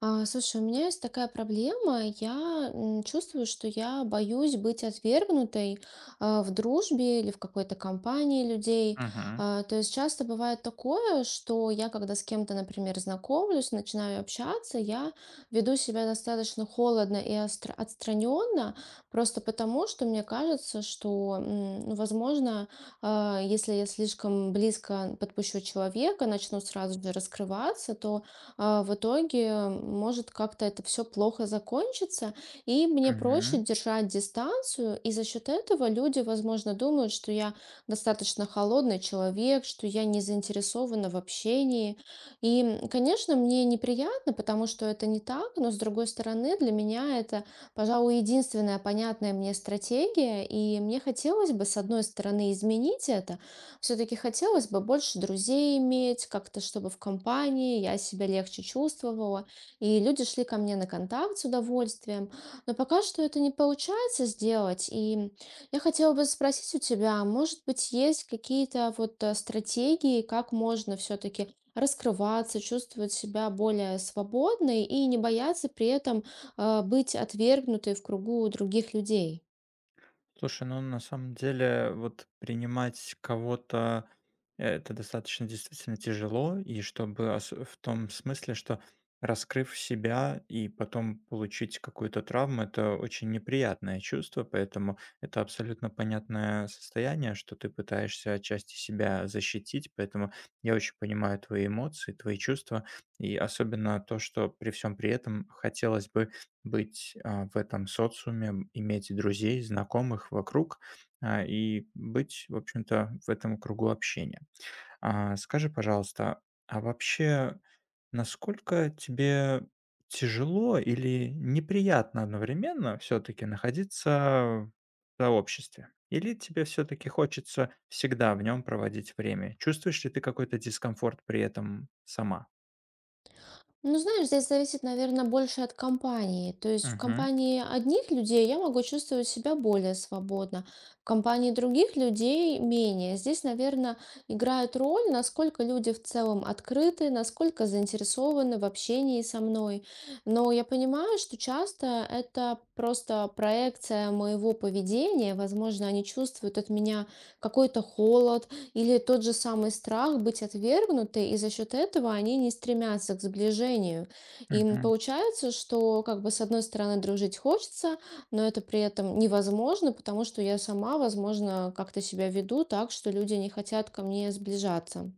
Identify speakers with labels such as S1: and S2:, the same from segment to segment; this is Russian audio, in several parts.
S1: Слушай, у меня есть такая проблема. Я чувствую, что я боюсь быть отвергнутой в дружбе или в какой-то компании людей.
S2: Мгм.
S1: То есть часто бывает такое, что я, когда с кем-то, например, знакомлюсь, начинаю общаться, я веду себя достаточно холодно и отстраненно, просто потому, что мне кажется, что, ну, возможно, если я слишком близко подпущу человека, начну сразу же раскрываться, то в итоге может как-то это все плохо закончиться, и мне проще
S2: Мгм.
S1: держать дистанцию, и за счет этого люди, возможно, думают, что я достаточно холодный человек, что я не заинтересована в общении. И, конечно, мне неприятно, потому что это не так, но, с другой стороны, для меня это, пожалуй, единственная понятная мне стратегия, и мне хотелось бы, с одной стороны, изменить это, все-таки хотелось бы больше друзей иметь, как-то чтобы в компании я себя легче чувствовала, и люди шли ко мне на контакт с удовольствием. Но пока что это не получается сделать, и я хотела бы спросить у тебя, может быть, есть какие-то вот стратегии, как можно все-таки раскрываться, чувствовать себя более свободной и не бояться при этом быть отвергнутой в кругу других людей?
S2: Слушай, ну на самом деле вот принимать кого-то это достаточно действительно тяжело, и чтобы в том смысле, что раскрыв себя и потом получить какую-то травму, это очень неприятное чувство, поэтому это абсолютно понятное состояние, что ты пытаешься отчасти себя защитить, поэтому я очень понимаю твои эмоции, твои чувства, и особенно то, что при всем при этом хотелось бы быть в этом социуме, иметь друзей, знакомых вокруг, и быть, в общем-то, в этом кругу общения. А, скажи, пожалуйста, а вообще, насколько тебе тяжело или неприятно одновременно все-таки находиться в сообществе? Или тебе все-таки хочется всегда в нем проводить время? Чувствуешь ли ты какой-то дискомфорт при этом сама?
S1: Ну, знаешь, здесь зависит, наверное, больше от компании. То есть в
S2: Мгм.
S1: компании одних людей я могу чувствовать себя более свободно, в компании других людей менее. Здесь, наверное, играет роль, насколько люди в целом открыты, насколько заинтересованы в общении со мной. Но я понимаю, что часто это просто проекция моего поведения. Возможно, они чувствуют от меня какой-то холод, или тот же самый страх быть отвергнутой, и за счет этого они не стремятся к сближению. И получается, что как бы с одной стороны дружить хочется, но это при этом невозможно, потому что я сама, возможно, как-то себя веду так, что люди не хотят ко мне сближаться.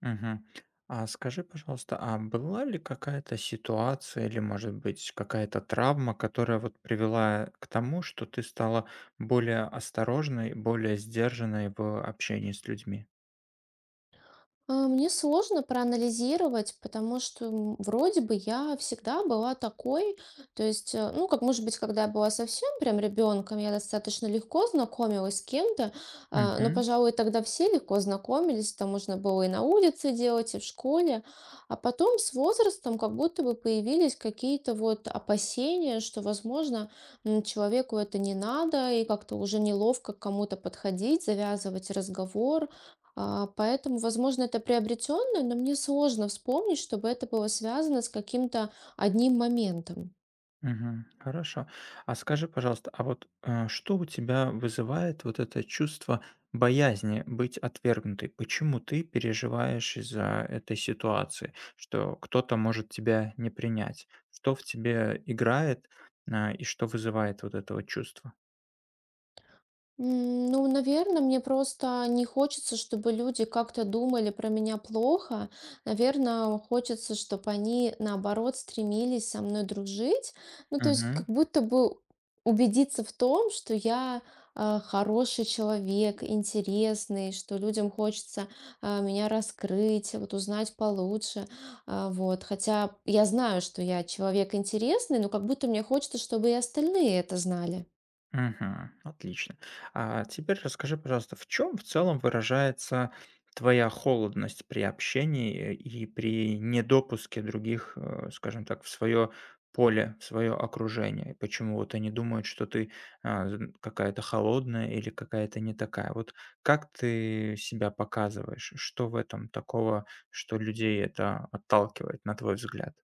S2: Мгм. А скажи, пожалуйста, а была ли какая-то ситуация или, может быть, какая-то травма, которая вот привела к тому, что ты стала более осторожной, более сдержанной в общении с людьми?
S1: Мне сложно проанализировать, потому что вроде бы я всегда была такой, то есть, ну, как может быть, когда я была совсем прям ребенком, я достаточно легко знакомилась с кем-то, но, пожалуй, тогда все легко знакомились, там можно было и на улице делать, и в школе, а потом с возрастом как будто бы появились какие-то вот опасения, что, возможно, человеку это не надо, и как-то уже неловко к кому-то подходить, завязывать разговор, поэтому, возможно, это приобретенное, но мне сложно вспомнить, чтобы это было связано с каким-то одним моментом.
S2: Мгм. Хорошо. А скажи, пожалуйста, а вот, что у тебя вызывает вот это чувство боязни быть отвергнутой? Почему ты переживаешь из-за этой ситуации, что кто-то может тебя не принять? Что в тебе играет, и что вызывает вот это вот чувство?
S1: Ну, наверное, мне просто не хочется, чтобы люди как-то думали про меня плохо. Наверное, хочется, чтобы они, наоборот, стремились со мной дружить. Ну, то есть, как будто бы убедиться в том, что я хороший человек, интересный, что людям хочется меня раскрыть, вот узнать получше. Вот. Хотя я знаю, что я человек интересный, но как будто мне хочется, чтобы и остальные это знали.
S2: Мгм. Отлично. А теперь расскажи, пожалуйста, в чем в целом выражается твоя холодность при общении и при недопуске других, э, скажем так, в свое поле, в свое окружение? И почему вот они думают, что ты какая-то холодная или какая-то не такая? Вот как ты себя показываешь? Что в этом такого, что людей это отталкивает, на твой взгляд?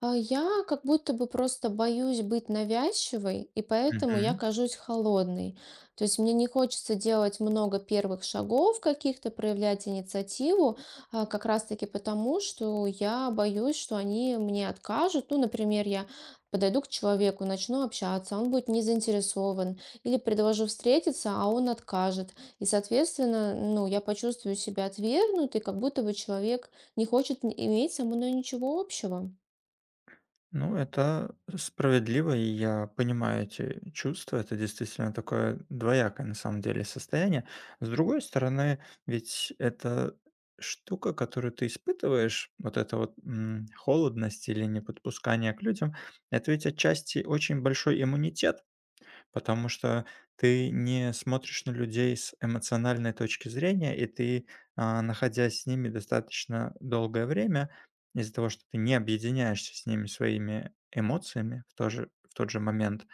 S1: А я как будто бы просто боюсь быть навязчивой, и поэтому я кажусь холодной. То есть мне не хочется делать много первых шагов каких-то, проявлять инициативу, как раз-таки потому, что я боюсь, что они мне откажут. Ну, например, я подойду к человеку, начну общаться, он будет не заинтересован, или предложу встретиться, а он откажет. И, соответственно, ну, я почувствую себя отвергнутой, как будто бы человек не хочет иметь со мной ничего общего.
S2: Ну, это справедливо, и я понимаю эти чувства. Это действительно такое двоякое, на самом деле, состояние. С другой стороны, ведь это штука, которую ты испытываешь, вот эта вот холодность или неподпускание к людям, это ведь отчасти очень большой иммунитет, потому что ты не смотришь на людей с эмоциональной точки зрения, и ты, находясь с ними достаточно долгое время, из-за того, что ты не объединяешься с ними своими эмоциями в тот же момент,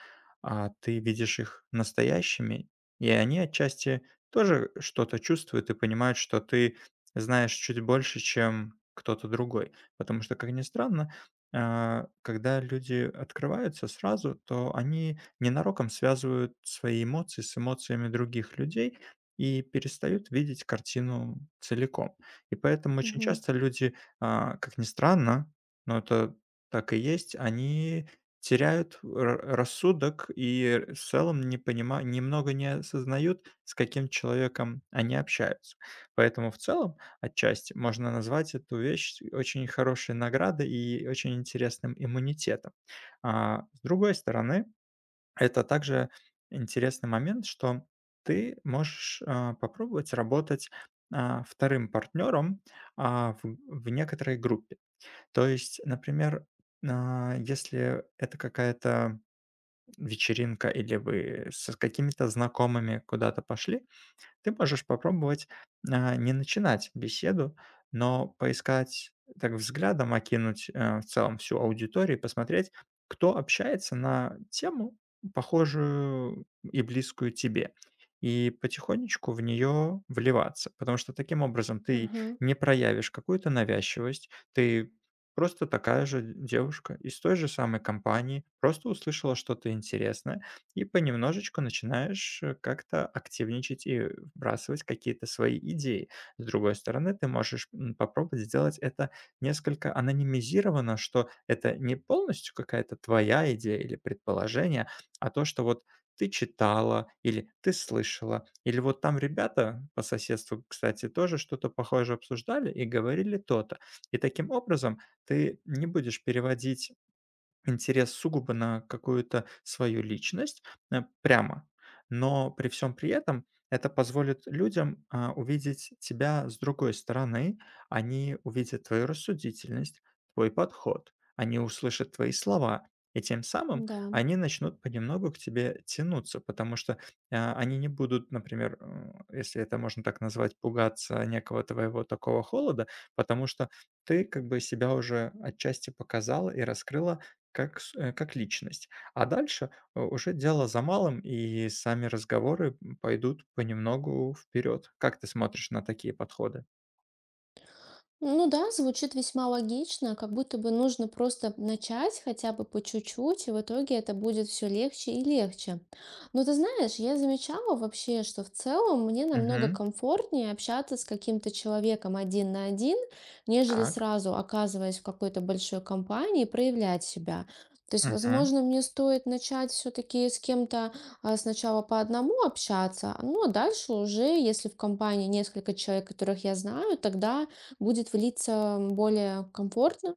S2: а ты видишь их настоящими, и они отчасти тоже что-то чувствуют и понимают, что ты знаешь чуть больше, чем кто-то другой. Потому что, как ни странно, когда люди открываются сразу, то они ненароком связывают свои эмоции с эмоциями других людей и перестают видеть картину целиком. И поэтому очень
S1: Мгм.
S2: часто люди, как ни странно, но это так и есть, они теряют рассудок и в целом не немного не осознают, с каким человеком они общаются. Поэтому в целом отчасти можно назвать эту вещь очень хорошей наградой и очень интересным иммунитетом. А с другой стороны, это также интересный момент, что ты можешь, попробовать работать, вторым партнером, в некоторой группе. То есть, например, если это какая-то вечеринка или вы с какими-то знакомыми куда-то пошли, ты можешь попробовать, не начинать беседу, но поискать, так взглядом окинуть, в целом всю аудиторию и посмотреть, кто общается на тему, похожую и близкую тебе. И потихонечку в нее вливаться, потому что таким образом ты
S1: Ага,
S2: не проявишь какую-то навязчивость, ты просто такая же девушка из той же самой компании, просто услышала что-то интересное и понемножечку начинаешь, как-то активничать и вбрасывать какие-то свои идеи. С другой стороны, ты можешь, попробовать сделать это несколько анонимизировано, что это не полностью какая-то твоя идея или предположение, а то, что вот ты читала или ты слышала, или вот там ребята по соседству, кстати, тоже что-то похожее обсуждали и говорили то-то. И таким образом ты не будешь переводить интерес сугубо на какую-то свою личность, прямо, но при всем при этом это позволит людям, увидеть тебя с другой стороны. Они увидят твою рассудительность, твой подход, они услышат твои слова, и тем самым
S1: да.
S2: они начнут понемногу к тебе тянуться, потому что, они не будут, например, если это можно так назвать, пугаться некого твоего такого холода, потому что ты как бы себя уже отчасти показала и раскрыла как как личность. А дальше, уже дело за малым, и сами разговоры, пойдут понемногу вперед. Как ты смотришь на такие подходы?
S1: Ну да, звучит весьма логично, как будто бы нужно просто начать хотя бы по чуть-чуть, и в итоге это будет все легче и легче. Но ты знаешь, я замечала вообще, что в целом мне намного
S2: Мгм.
S1: комфортнее общаться с каким-то человеком один на один, нежели
S2: Так.
S1: сразу оказываясь в какой-то большой компании, проявлять себя. То есть, возможно, мне стоит начать все-таки с кем-то сначала по одному общаться, ну а дальше уже, если в компании несколько человек, которых я знаю, тогда будет влиться более комфортно.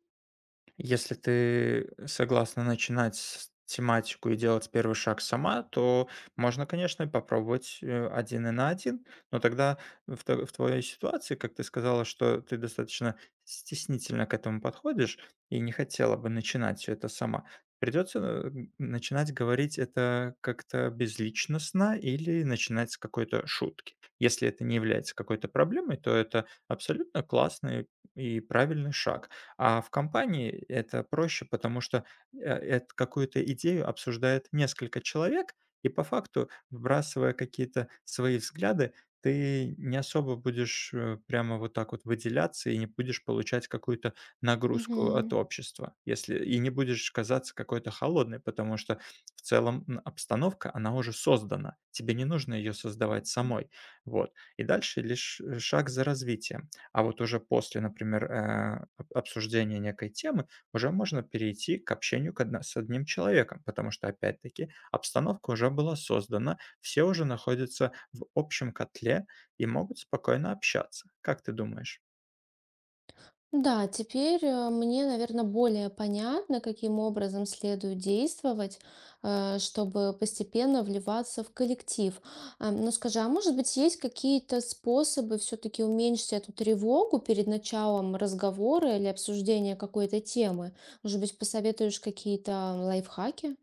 S2: Если ты согласна начинать с тематику и делать первый шаг сама, то можно, конечно, и попробовать один и на один, но тогда в твоей ситуации, как ты сказала, что ты достаточно стеснительно к этому подходишь и не хотела бы начинать все это сама, придется начинать говорить это как-то безличностно или начинать с какой-то шутки. Если это не является какой-то проблемой, то это абсолютно классный и правильный шаг. А в компании это проще, потому что, э, эт какую-то идею обсуждает несколько человек, и по факту, вбрасывая какие-то свои взгляды, ты не особо будешь, прямо вот так вот выделяться и не будешь получать какую-то нагрузку от
S1: Мгм.
S2: общества, если и не будешь казаться какой-то холодной, потому что в целом, обстановка, она уже создана, тебе не нужно ее создавать самой. Вот. И дальше лишь шаг за развитием. А вот уже после, например, обсуждения некой темы уже можно перейти к общению с одним человеком, потому что, опять-таки, обстановка уже была создана, все уже находятся в общем котле и могут спокойно общаться. Как ты думаешь?
S1: Да, теперь мне, наверное, более понятно, каким образом следует действовать, чтобы постепенно вливаться в коллектив. Но скажи, а может быть, есть какие-то способы все-таки уменьшить эту тревогу перед началом разговора или обсуждения какой-то темы? Может быть, посоветуешь какие-то лайфхаки?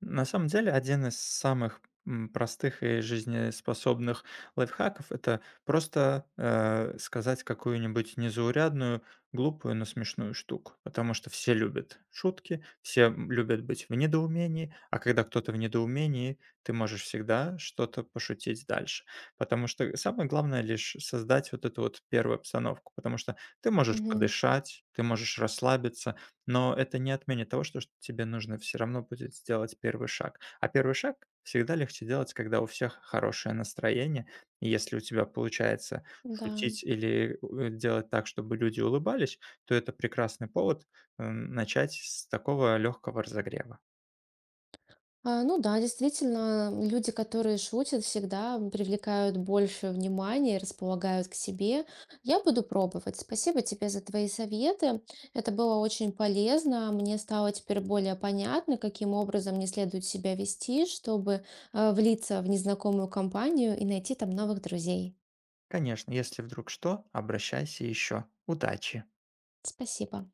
S2: На самом деле, один из самых простых и жизнеспособных лайфхаков это просто сказать какую-нибудь незаурядную, глупую, но смешную штуку. Потому что все любят шутки, все любят быть в недоумении, а когда кто-то в недоумении, ты можешь всегда что-то пошутить дальше. Потому что самое главное лишь создать вот эту вот первую обстановку. Потому что ты можешь
S1: Мгм.
S2: подышать, ты можешь расслабиться, но это не отменит того, что ш тебе нужно все равно будет сделать первый шаг. А первый шаг всегда легче делать, когда у всех хорошее настроение. И если у тебя получается
S1: Да.
S2: шутить или, делать так, чтобы люди улыбались, то это прекрасный повод, начать с такого легкого разогрева.
S1: Ну да, действительно, люди, которые шутят, всегда привлекают больше внимания и располагают к себе. Я буду пробовать. Спасибо тебе за твои советы. Это было очень полезно. Мне стало теперь более понятно, каким образом мне следует себя вести, чтобы влиться в незнакомую компанию и найти там новых друзей.
S2: Конечно, если вдруг что, обращайся еще. Удачи!
S1: Спасибо.